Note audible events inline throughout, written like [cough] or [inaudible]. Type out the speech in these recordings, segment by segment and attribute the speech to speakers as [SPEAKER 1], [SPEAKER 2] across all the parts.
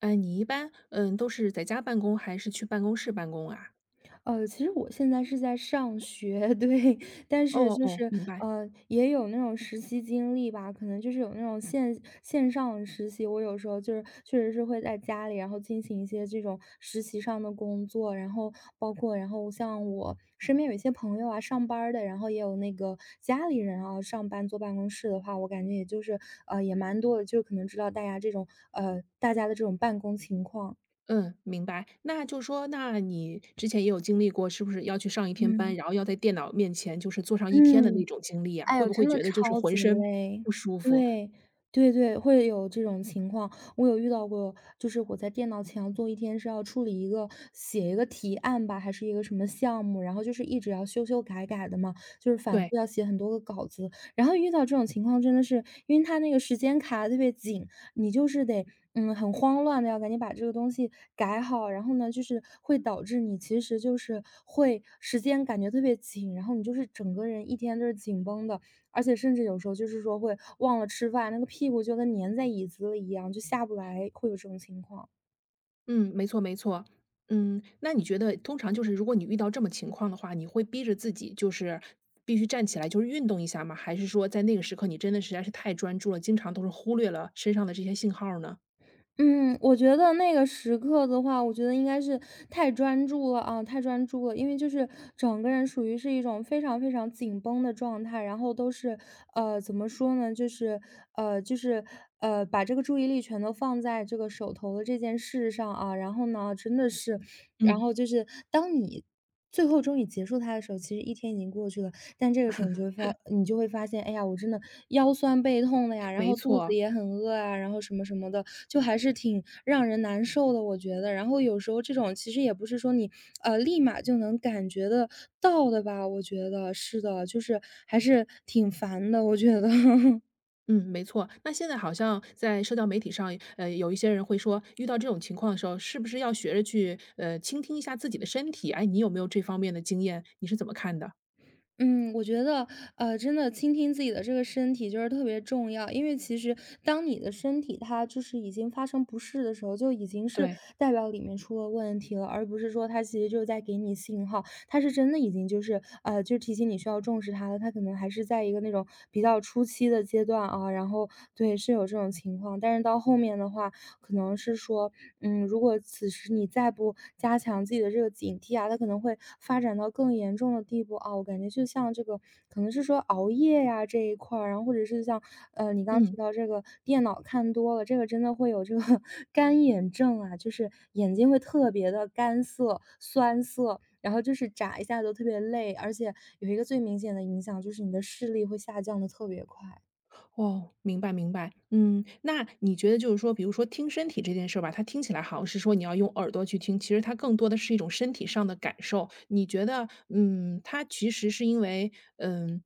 [SPEAKER 1] 哎，你一般，都是在家办公还是去办公室办公啊？
[SPEAKER 2] 其实我现在是在上学，对，[laughs] 但是
[SPEAKER 1] 哦
[SPEAKER 2] 就
[SPEAKER 1] 哦，
[SPEAKER 2] 是，
[SPEAKER 1] 明白。
[SPEAKER 2] 也有那种实习经历吧，可能就是有那种线上实习，我有时候就是确实是会在家里，然后进行一些这种实习上的工作，然后包括然后像我身边有一些朋友啊，上班儿的，然后也有那个家里人啊，上班坐办公室的话，我感觉也就是也蛮多的，就可能知道大家这种大家的这种办公情况，
[SPEAKER 1] 嗯，明白。那就说，那你之前也有经历过，是不是要去上一天班，
[SPEAKER 2] 嗯。
[SPEAKER 1] 然后要在电脑面前就是坐上一天的那
[SPEAKER 2] 嗯，
[SPEAKER 1] 种经历啊？
[SPEAKER 2] 哎
[SPEAKER 1] 会
[SPEAKER 2] 呦，
[SPEAKER 1] 不会
[SPEAKER 2] 真的
[SPEAKER 1] 觉得就是
[SPEAKER 2] 超
[SPEAKER 1] 浑
[SPEAKER 2] 级
[SPEAKER 1] 身
[SPEAKER 2] 累。
[SPEAKER 1] 不舒服？
[SPEAKER 2] 对，对对，会有这种情况。我有遇到过，就是我在电脑前要坐一天，是要处理一个写一个提案吧，还是一个什么项目，然后就是一直要修修改改的嘛，就是反
[SPEAKER 1] 对，
[SPEAKER 2] 复要写很多个稿子。然后遇到这种情况真的是，因为他那个时间卡得特别紧，你就是得很慌乱的要赶紧把这个东西改好，然后呢，就是会导致你其实就是会时间感觉特别紧，然后你就是整个人一天都是紧绷的，而且甚至有时候就是说会忘了吃饭，那个屁股就跟粘在椅子里一样，就下不来，会有这种情况。
[SPEAKER 1] 嗯，没错没错。嗯，那你觉得通常就是如果你遇到这么情况的话，你会逼着自己就是必须站起来，就是运动一下吗？还是说在那个时刻你真的实在是太专注了，经常都是忽略了身上的这些信号呢？
[SPEAKER 2] 嗯，我觉得那个时刻的话，我觉得应该是太专注了啊，太专注了，因为就是整个人属于是一种非常非常紧绷的状态，然后都是怎么说呢，就是呃就是把这个注意力全都放在这个手头的这件事上啊，然后呢，真的是，然
[SPEAKER 1] 嗯。
[SPEAKER 2] 后就是当你。最后终于结束它的时候，其实一天已经过去了，但这个时候你就会发现，哎呀，我真的腰酸背痛的呀，然
[SPEAKER 1] 没
[SPEAKER 2] 后肚子
[SPEAKER 1] 错，
[SPEAKER 2] 也很饿啊，然后什么什么的，就还是挺让人难受的，我觉得。然后有时候这种其实也不是说你，立马就能感觉得到的吧，我觉得，是的，就是还是挺烦的，我觉得。[laughs]
[SPEAKER 1] 嗯，没错。那现在好像在社交媒体上，有一些人会说，遇到这种情况的时候，是不是要学着去，倾听一下自己的身体？哎，你有没有这方面的经验？你是怎么看的？
[SPEAKER 2] 嗯，我觉得，真的倾听自己的这个身体就是特别重要，因为其实当你的身体它就是已经发生不适的时候，就已经是
[SPEAKER 1] 对，
[SPEAKER 2] 代表里面出了问题了，而不是说它其实就是在给你信号，它是真的已经就是就提醒你需要重视它了，它可能还是在一个那种比较初期的阶段啊，然后对是有这种情况，但是到后面的话，可能是说，嗯，如果此时你再不加强自己的这个警惕啊，它可能会发展到更严重的地步啊。我感觉就像这个，可能是说熬夜呀、这一块儿，然后或者是像，你刚刚
[SPEAKER 1] 嗯。
[SPEAKER 2] 提到这个电脑看多了，这个真的会有这个 [laughs] 干眼症啊，就是眼睛会特别的干涩、酸涩，然后就是眨一下都特别累，而且有一个最明显的影响就是你的视力会下降的特别快。
[SPEAKER 1] 哦，明白明白。嗯，那你觉得就是说，比如说听身体这件事儿吧，它听起来好像是说你要用耳朵去听，其实它更多的是一种身体上的感受。你觉得，它其实是因为，嗯，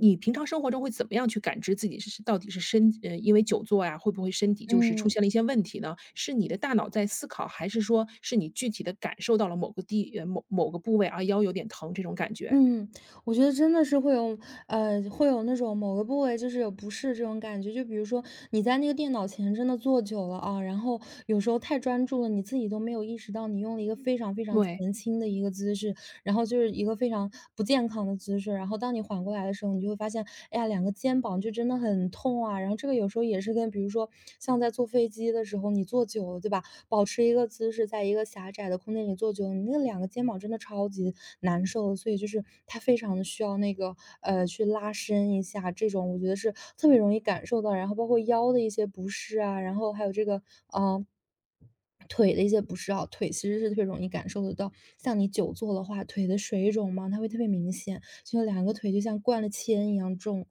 [SPEAKER 1] 你平常生活中会怎么样去感知自己是到底是身，因为久坐呀，会不会身体就是出
[SPEAKER 2] 嗯
[SPEAKER 1] 现了一些问题呢？是你的大脑在思考，还是说是你具体的感受到了某个地，某个部位啊，腰有点疼这种感觉？
[SPEAKER 2] 嗯，我觉得真的是会有，会有那种某个部位就是有不适这种感觉。就比如说你在那个电脑前真的坐久了啊，然后有时候太专注了，你自己都没有意识到你用了一个非常非常
[SPEAKER 1] 对。
[SPEAKER 2] 前倾的一个姿势，然后就是一个非常不健康的姿势。然后当你缓过来的时候，你就会发现，哎呀，两个肩膀就真的很痛啊。然后这个有时候也是跟，比如说像在坐飞机的时候，你坐久了，对吧？保持一个姿势，在一个狭窄的空间里坐久了，你那两个肩膀真的超级难受，所以就是他非常的需要那个，去拉伸一下，这种我觉得是特别容易感受到。然后包括腰的一些不适啊，然后还有这个，呃，腿的一些不适啊，腿其实是特别容易感受得到。像你久坐的话，腿的水肿嘛，它会特别明显，就两个腿就像灌了铅一样重。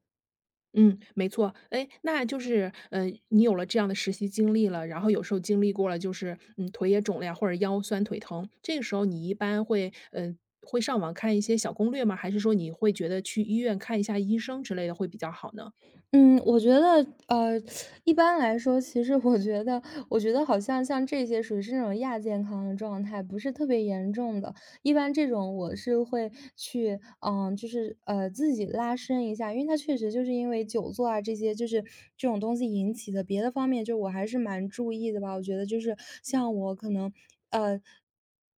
[SPEAKER 1] 嗯，没错。哎，那就是，你有了这样的实习经历了，然后有时候经历过了，就是，腿也肿了呀，或者腰酸腿疼，这个时候你一般会上网看一些小攻略吗？还是说你会觉得去医院看一下医生之类的会比较好呢？
[SPEAKER 2] 嗯，我觉得，一般来说，其实我觉得，我觉得好像像这些属于是那种亚健康的状态，不是特别严重的。一般这种我是会去，嗯，就是自己拉伸一下，因为它确实就是因为久坐啊这些，就是这种东西引起的。别的方面，就我还是蛮注意的吧。我觉得就是像我可能，呃，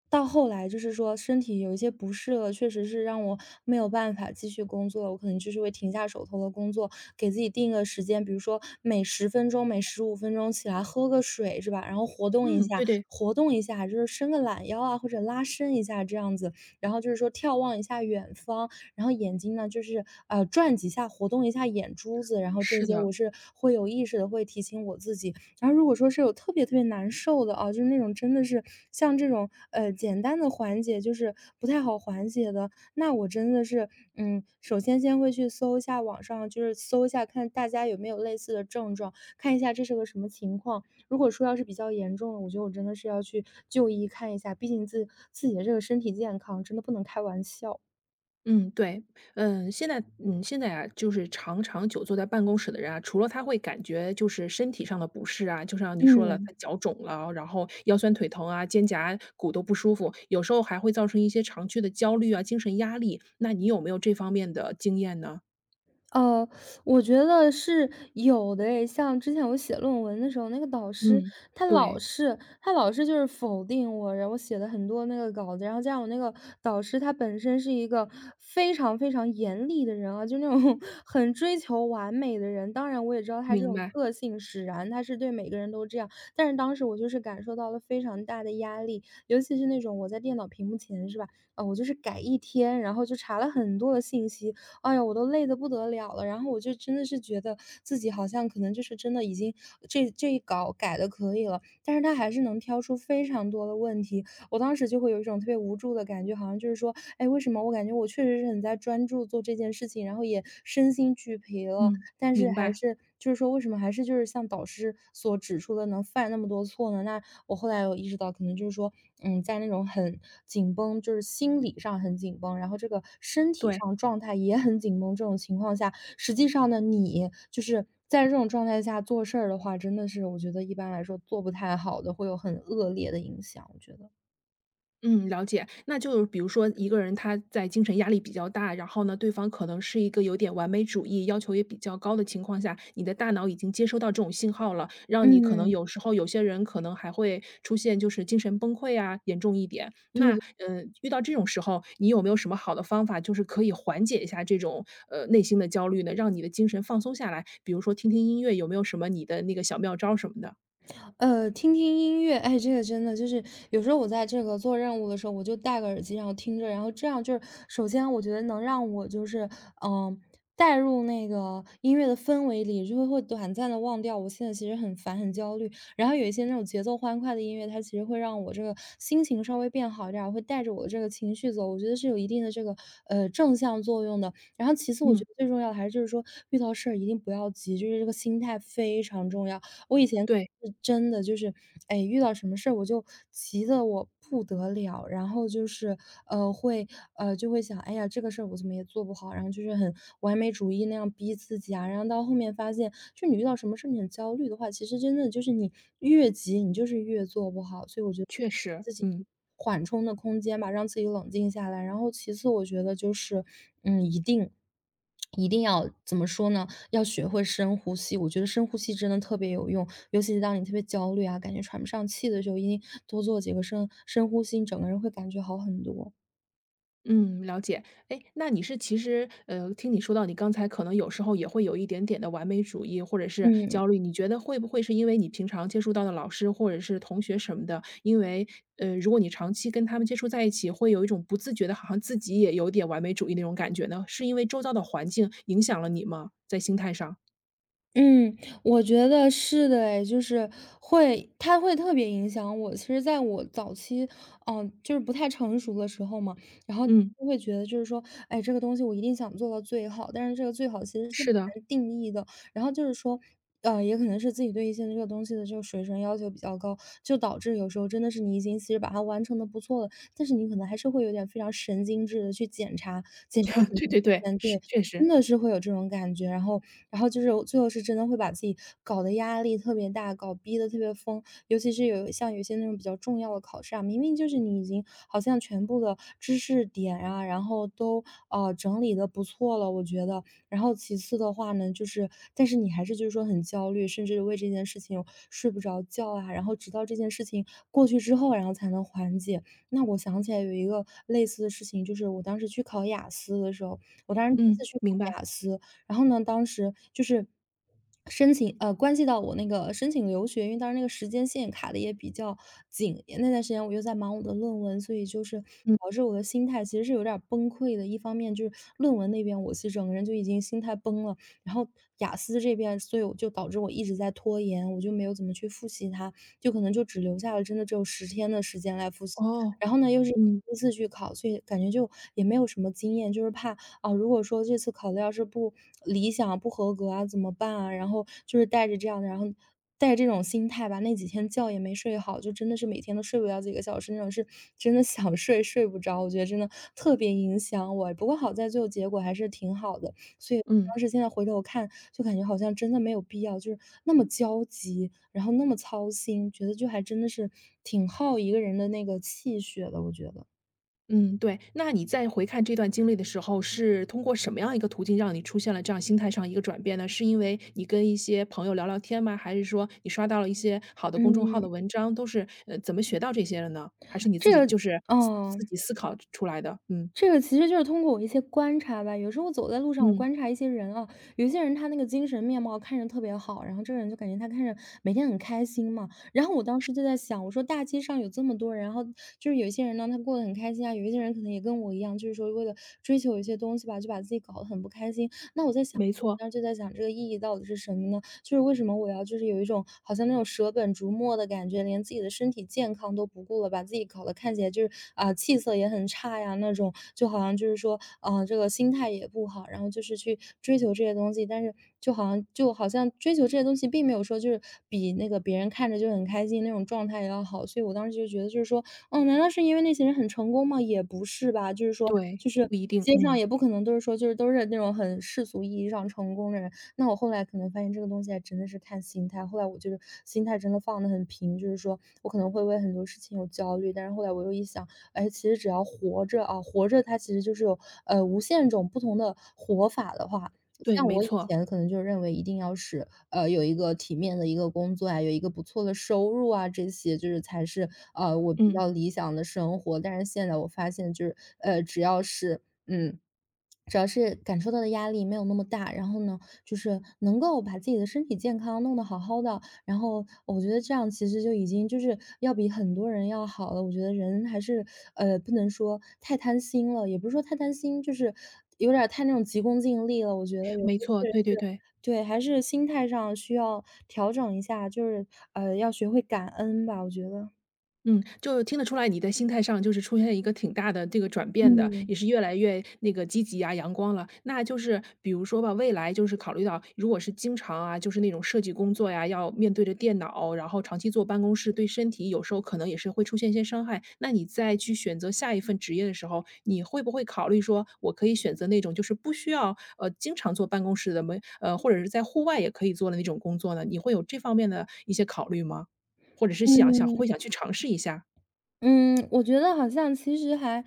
[SPEAKER 2] 到后来就是说身体有一些不适了，确实是让我没有办法继续工作了。我可能就是会停下手头的工作，给自己定个时间，比如说每10分钟、每15分钟起来喝个水，是吧？然后活动一
[SPEAKER 1] 嗯，
[SPEAKER 2] 下，
[SPEAKER 1] 对对，
[SPEAKER 2] 活动一下，就是伸个懒腰啊，或者拉伸一下这样子。然后就是说眺望一下远方，然后眼睛呢就是转几下，活动一下眼珠子。然后这
[SPEAKER 1] 是
[SPEAKER 2] 些
[SPEAKER 1] 的。
[SPEAKER 2] 我是会有意识的，会提醒我自己。然后如果说是有特别特别难受的啊，就是那种真的是像这种简单的缓解，就是不太好缓解的，那我真的是嗯，首先先会去搜一下网上，就是搜一下看大家有没有类似的症状，看一下这是个什么情况。如果说要是比较严重的，我觉得我真的是要去就医看一下，毕竟自己的这个身体健康真的不能开玩笑。
[SPEAKER 1] 嗯，对。嗯，现在现在啊，就是常常久坐在办公室的人啊，除了他会感觉就是身体上的不适啊，就像你说了，
[SPEAKER 2] 嗯。
[SPEAKER 1] 他脚肿了，然后腰酸腿疼啊，肩胛骨都不舒服，有时候还会造成一些长期的焦虑啊，精神压力。那你有没有这方面的经验呢？
[SPEAKER 2] 呃，我觉得是有的诶，像之前我写论文的时候，那个导师
[SPEAKER 1] 嗯，
[SPEAKER 2] 他老
[SPEAKER 1] 对，
[SPEAKER 2] 是他老是就是否定我，然后我写了很多那个稿子，然后加上我那个导师他本身是一个非常非常严厉的人啊，就那种 [laughs] 很追求完美的人。当然，我也知道他这
[SPEAKER 1] 明
[SPEAKER 2] 种
[SPEAKER 1] 白。
[SPEAKER 2] 个性使然，他是对每个人都这样。但是当时我就是感受到了非常大的压力，尤其是那种我在电脑屏幕前是吧？啊、我就是改一天，然后就查了很多的信息，哎呀，我都累得不得了了。然后我就真的是觉得自己好像可能就是真的已经这一稿改的可以了，但是他还是能挑出非常多的问题。我当时就会有一种特别无助的感觉，好像就是说，哎，为什么我感觉我确实是很在专注做这件事情，然后也身心俱疲了，
[SPEAKER 1] 嗯，
[SPEAKER 2] 但是
[SPEAKER 1] 明
[SPEAKER 2] 还
[SPEAKER 1] 白，
[SPEAKER 2] 是就是说为什么还是就是像导师所指出的能犯那么多错呢？那我后来有意识到，可能就是说，嗯，在那种很紧绷，就是心理上很紧绷，然后这个身体
[SPEAKER 1] 对。
[SPEAKER 2] 上状态也很紧绷这种情况下，实际上呢，你就是在这种状态下做事儿的话，真的是我觉得一般来说做不太好的，会有很恶劣的影响，我觉得。
[SPEAKER 1] 嗯，了解。那就是比如说一个人他在精神压力比较大，然后呢，对方可能是一个有点完美主义，要求也比较高的情况下，你的大脑已经接收到这种信号了，让你可能
[SPEAKER 2] 嗯，
[SPEAKER 1] 有时候有些人可能还会出现就是精神崩溃啊，严重一点。
[SPEAKER 2] 对
[SPEAKER 1] 那
[SPEAKER 2] 的。
[SPEAKER 1] 遇到这种时候，你有没有什么好的方法，就是可以缓解一下这种内心的焦虑呢，让你的精神放松下来？比如说听听音乐，有没有什么你的那个小妙招什么的？
[SPEAKER 2] 听听音乐，哎，这个真的就是有时候我在这个做任务的时候，我就戴个耳机，然后听着，然后这样就是首先我觉得能让我就是，嗯，带入那个音乐的氛围里，就会短暂的忘掉我现在其实很烦、很焦虑。然后有一些那种节奏欢快的音乐，它其实会让我这个心情稍微变好一点儿，会带着我的这个情绪走，我觉得是有一定的这个，正向作用的。然后其次我觉
[SPEAKER 1] 嗯，
[SPEAKER 2] 得最重要的还是就是说遇到事儿一定不要急，就是这个心态非常重要。我以前
[SPEAKER 1] 对，
[SPEAKER 2] 是真的就是，哎，遇到什么事儿我就急得我不得了，然后就是，呃，会，就会想，哎呀，这个事儿我怎么也做不好，然后就是很完美主义那样逼自己啊，然后到后面发现，就你遇到什么事儿你很焦虑的话，其实真的就是你越急你就是越做不好，所以我觉得
[SPEAKER 1] 确实，
[SPEAKER 2] 自己
[SPEAKER 1] 嗯。
[SPEAKER 2] 缓冲的空间吧，让自己冷静下来。然后其次，我觉得就是，嗯，一定一定要怎么说呢？要学会深呼吸，我觉得深呼吸真的特别有用，尤其是当你特别焦虑啊，感觉喘不上气的时候，一定多做几个深呼吸，你整个人会感觉好很多。
[SPEAKER 1] 嗯，了解。哎，那你是其实，听你说到你刚才可能有时候也会有一点点的完美主义或者是
[SPEAKER 2] 嗯。
[SPEAKER 1] 焦虑，你觉得会不会是因为你平常接触到的老师或者是同学什么的，因为，如果你长期跟他们接触在一起，会有一种不自觉的好像自己也有点完美主义那种感觉呢？是因为周遭的环境影响了你吗？在心态上？
[SPEAKER 2] 嗯，我觉得是的诶，就是它会特别影响我。其实在我早期，就是不太成熟的时候嘛，然后
[SPEAKER 1] 嗯，
[SPEAKER 2] 就会觉得就是说，哎，这个东西我一定想做到最好，但是这个最好其实是很
[SPEAKER 1] 是的，
[SPEAKER 2] 难定义的。然后就是说，也可能是自己对于现在这个东西的这个水准要求比较高，就导致有时候真的是你已经其实把它完成的不错了，但是你可能还是会有点非常神经质的去检查，检查
[SPEAKER 1] [laughs]
[SPEAKER 2] 很
[SPEAKER 1] 对
[SPEAKER 2] 多
[SPEAKER 1] 对对，
[SPEAKER 2] 遍，
[SPEAKER 1] 是，
[SPEAKER 2] 对，
[SPEAKER 1] 确实。
[SPEAKER 2] 真的是会有这种感觉。然后就是最后是真的会把自己搞得压力特别大，搞逼得特别疯。尤其是像有些那种比较重要的考试啊，明明就是你已经好像全部的知识点啊，然后都整理的不错了，我觉得。然后其次的话呢，就是但是你还是就是说很焦虑，甚至为这件事情睡不着觉啊，然后直到这件事情过去之后，然后才能缓解。那我想起来有一个类似的事情，就是我当时去考雅思的时候，我当时第一
[SPEAKER 1] 嗯，
[SPEAKER 2] 次去考
[SPEAKER 1] 明白。
[SPEAKER 2] 雅思，然后呢，当时就是关系到我那个申请留学，因为当时那个时间线卡的也比较紧，那段时间我又在忙我的论文，所以就是导致我的心态其实是有点儿崩溃的。一方面就是论文那边，我其实整个人就已经心态崩了，然后雅思这边，所以我就导致我一直在拖延，我就没有怎么去复习它，就可能就只留下了真的只有10天的时间来复习。
[SPEAKER 1] 哦。
[SPEAKER 2] 然后呢，又是第
[SPEAKER 1] 嗯，
[SPEAKER 2] 一次去考，所以感觉就也没有什么经验，就是怕啊，如果说这次考的要是不理想、不合格啊，怎么办啊？然后就是带着这样的，然后带着这种心态吧，那几天觉也没睡好，就真的是每天都睡不了几个小时那种，是真的想睡睡不着。我觉得真的特别影响我，不过好在最后结果还是挺好的，所以
[SPEAKER 1] 嗯。
[SPEAKER 2] 当时现在回头看，就感觉好像真的没有必要，就是那么焦急，然后那么操心，觉得就还真的是挺耗一个人的那个气血的，我觉得。
[SPEAKER 1] 嗯，对。那你在回看这段经历的时候，是通过什么样一个途径让你出现了这样心态上一个转变呢？是因为你跟一些朋友聊聊天吗？还是说你刷到了一些好的公众号的
[SPEAKER 2] 嗯，
[SPEAKER 1] 文章，都是怎么学到这些的呢？还是你自
[SPEAKER 2] 这
[SPEAKER 1] 己
[SPEAKER 2] 个
[SPEAKER 1] 就是自自
[SPEAKER 2] 嗯。
[SPEAKER 1] 己思考出来的？嗯。
[SPEAKER 2] 这个其实就是通过我一些观察吧，有时候我走在路上，我
[SPEAKER 1] 嗯，
[SPEAKER 2] 观察一些人啊，有些人他那个精神面貌看着特别好，然后这个人就感觉他看着每天很开心嘛。然后我当时就在想，我说大街上有这么多人，然后就是有一些人呢，他过得很开心啊，有一些人可能也跟我一样，就是说为了追求一些东西吧，就把自己搞得很不开心。那我在想，
[SPEAKER 1] 没
[SPEAKER 2] 我
[SPEAKER 1] 错，
[SPEAKER 2] 当时就在想这个意义到底是什么呢？就是为什么我要就是有一种好像那种舍本逐末的感觉，连自己的身体健康都不顾了，把自己搞得看起来就是啊、气色也很差呀那种，就好像就是说啊、这个心态也不好，然后就是去追求这些东西，但是就好像追求这些东西并没有说就是比那个别人看着就很开心那种状态也要好，所以我当时就觉得就是说，哦，难道是因为那些人很成功吗？也不是吧，就是说
[SPEAKER 1] 对，
[SPEAKER 2] 就是。
[SPEAKER 1] 不一定。
[SPEAKER 2] 街上
[SPEAKER 1] 嗯，
[SPEAKER 2] 也不可能都是说，就是都是那种很世俗意义上成功的人，那我后来可能发现这个东西还真的是看心态，后来我就是心态真的放得很平，就是说我可能会为很多事情有焦虑，但是后来我又一想，哎，其实只要活着啊，活着它其实就是有无限种不同的活法的话，
[SPEAKER 1] 对，
[SPEAKER 2] 像
[SPEAKER 1] 没
[SPEAKER 2] 我以
[SPEAKER 1] 错。
[SPEAKER 2] 前可能就认为一定要是有一个体面的一个工作啊，有一个不错的收入啊，这些就是才是我比
[SPEAKER 1] 嗯，
[SPEAKER 2] 较理想的生活。但是现在我发现就是嗯。只要是感受到的压力没有那么大，然后呢，就是能够把自己的身体健康弄得好好的，然后我觉得这样其实就已经就是要比很多人要好了。我觉得人还是不能说太贪心了，也不是说太贪心，就是有点儿太那种急功近利了。我觉得有时
[SPEAKER 1] 没
[SPEAKER 2] 候
[SPEAKER 1] 错，
[SPEAKER 2] 确实
[SPEAKER 1] 对对
[SPEAKER 2] 是，
[SPEAKER 1] 对。
[SPEAKER 2] 对，还是心态上需要调整一下，就是要学会感恩吧。我觉得，
[SPEAKER 1] 嗯，就听得出来你在心态上就是出现一个挺大的这个转变的，
[SPEAKER 2] 嗯
[SPEAKER 1] 也是越来越那个积极啊、阳光了。那就是比如说吧，未来就是考虑到如果是经常啊，就是那种设计工作呀，要面对着电脑，然后长期坐办公室，对身体有时候可能也是会出现一些伤害。那你再去选择下一份职业的时候，你会不会考虑说，我可以选择那种就是不需要经常坐办公室的，没呃或者是在户外也可以做的那种工作呢？你会有这方面的一些考虑吗？或者是想想
[SPEAKER 2] 嗯。
[SPEAKER 1] 会想去尝试一下。
[SPEAKER 2] 嗯，我觉得好像其实还，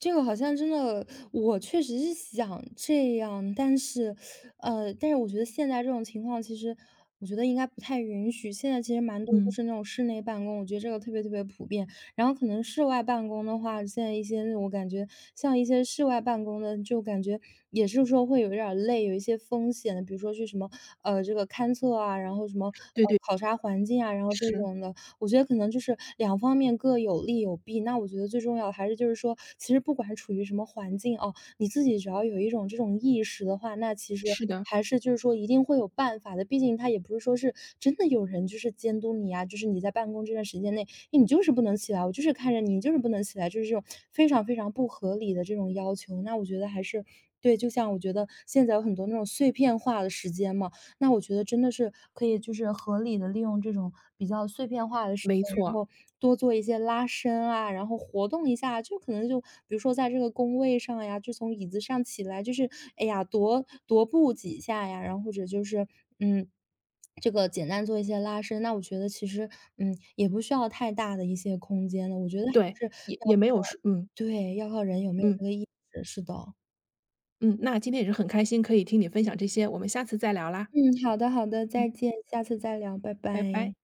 [SPEAKER 2] 这个好像真的，我确实是想这样，但是我觉得现在这种情况，其实我觉得应该不太允许。现在其实蛮多都
[SPEAKER 1] 嗯。
[SPEAKER 2] 是那种室内办公，我觉得这个特别特别普遍。然后可能室外办公的话，现在一些那种我感觉像一些室外办公的，就感觉也是说会有一点儿累，有一些风险的，比如说去什么这个勘测啊，然后什么
[SPEAKER 1] 对对，
[SPEAKER 2] 考察环境啊，然后这
[SPEAKER 1] 是，
[SPEAKER 2] 种的。我觉得可能就是两方面各有利有弊。那我觉得最重要的还是就是说，其实不管处于什么环境哦，你自己只要有一种这种意识的话，那其实
[SPEAKER 1] 是的，
[SPEAKER 2] 还是就是说一定会有办法的。毕竟他也不是说是真的有人就是监督你啊，就是你在办公这段时间内，诶你就是不能起来，我就是看着你，你就是不能起来，就是这种非常非常不合理的这种要求。那我觉得还是对，就像我觉得现在有很多那种碎片化的时间嘛，那我觉得真的是可以就是合理的利用这种比较碎片化的时
[SPEAKER 1] 没
[SPEAKER 2] 间，然
[SPEAKER 1] 错，
[SPEAKER 2] 后多做一些拉伸啊，然后活动一下，就可能就比如说在这个工位上呀，就从椅子上起来，就是哎呀，踱踱步几下呀，然后或者就是嗯，这个简单做一些拉伸。那我觉得其实，也不需要太大的一些空间了，我觉得还
[SPEAKER 1] 对，
[SPEAKER 2] 是
[SPEAKER 1] 也
[SPEAKER 2] 要
[SPEAKER 1] 也没有说嗯。
[SPEAKER 2] 对，要靠人有没有
[SPEAKER 1] 嗯，
[SPEAKER 2] 这个意识，是的。
[SPEAKER 1] 嗯，那今天也是很开心可以听你分享这些，我们下次再聊啦。
[SPEAKER 2] 嗯，好的好的，
[SPEAKER 1] 嗯，
[SPEAKER 2] 再见，下次再聊，拜
[SPEAKER 1] 拜拜。
[SPEAKER 2] 拜。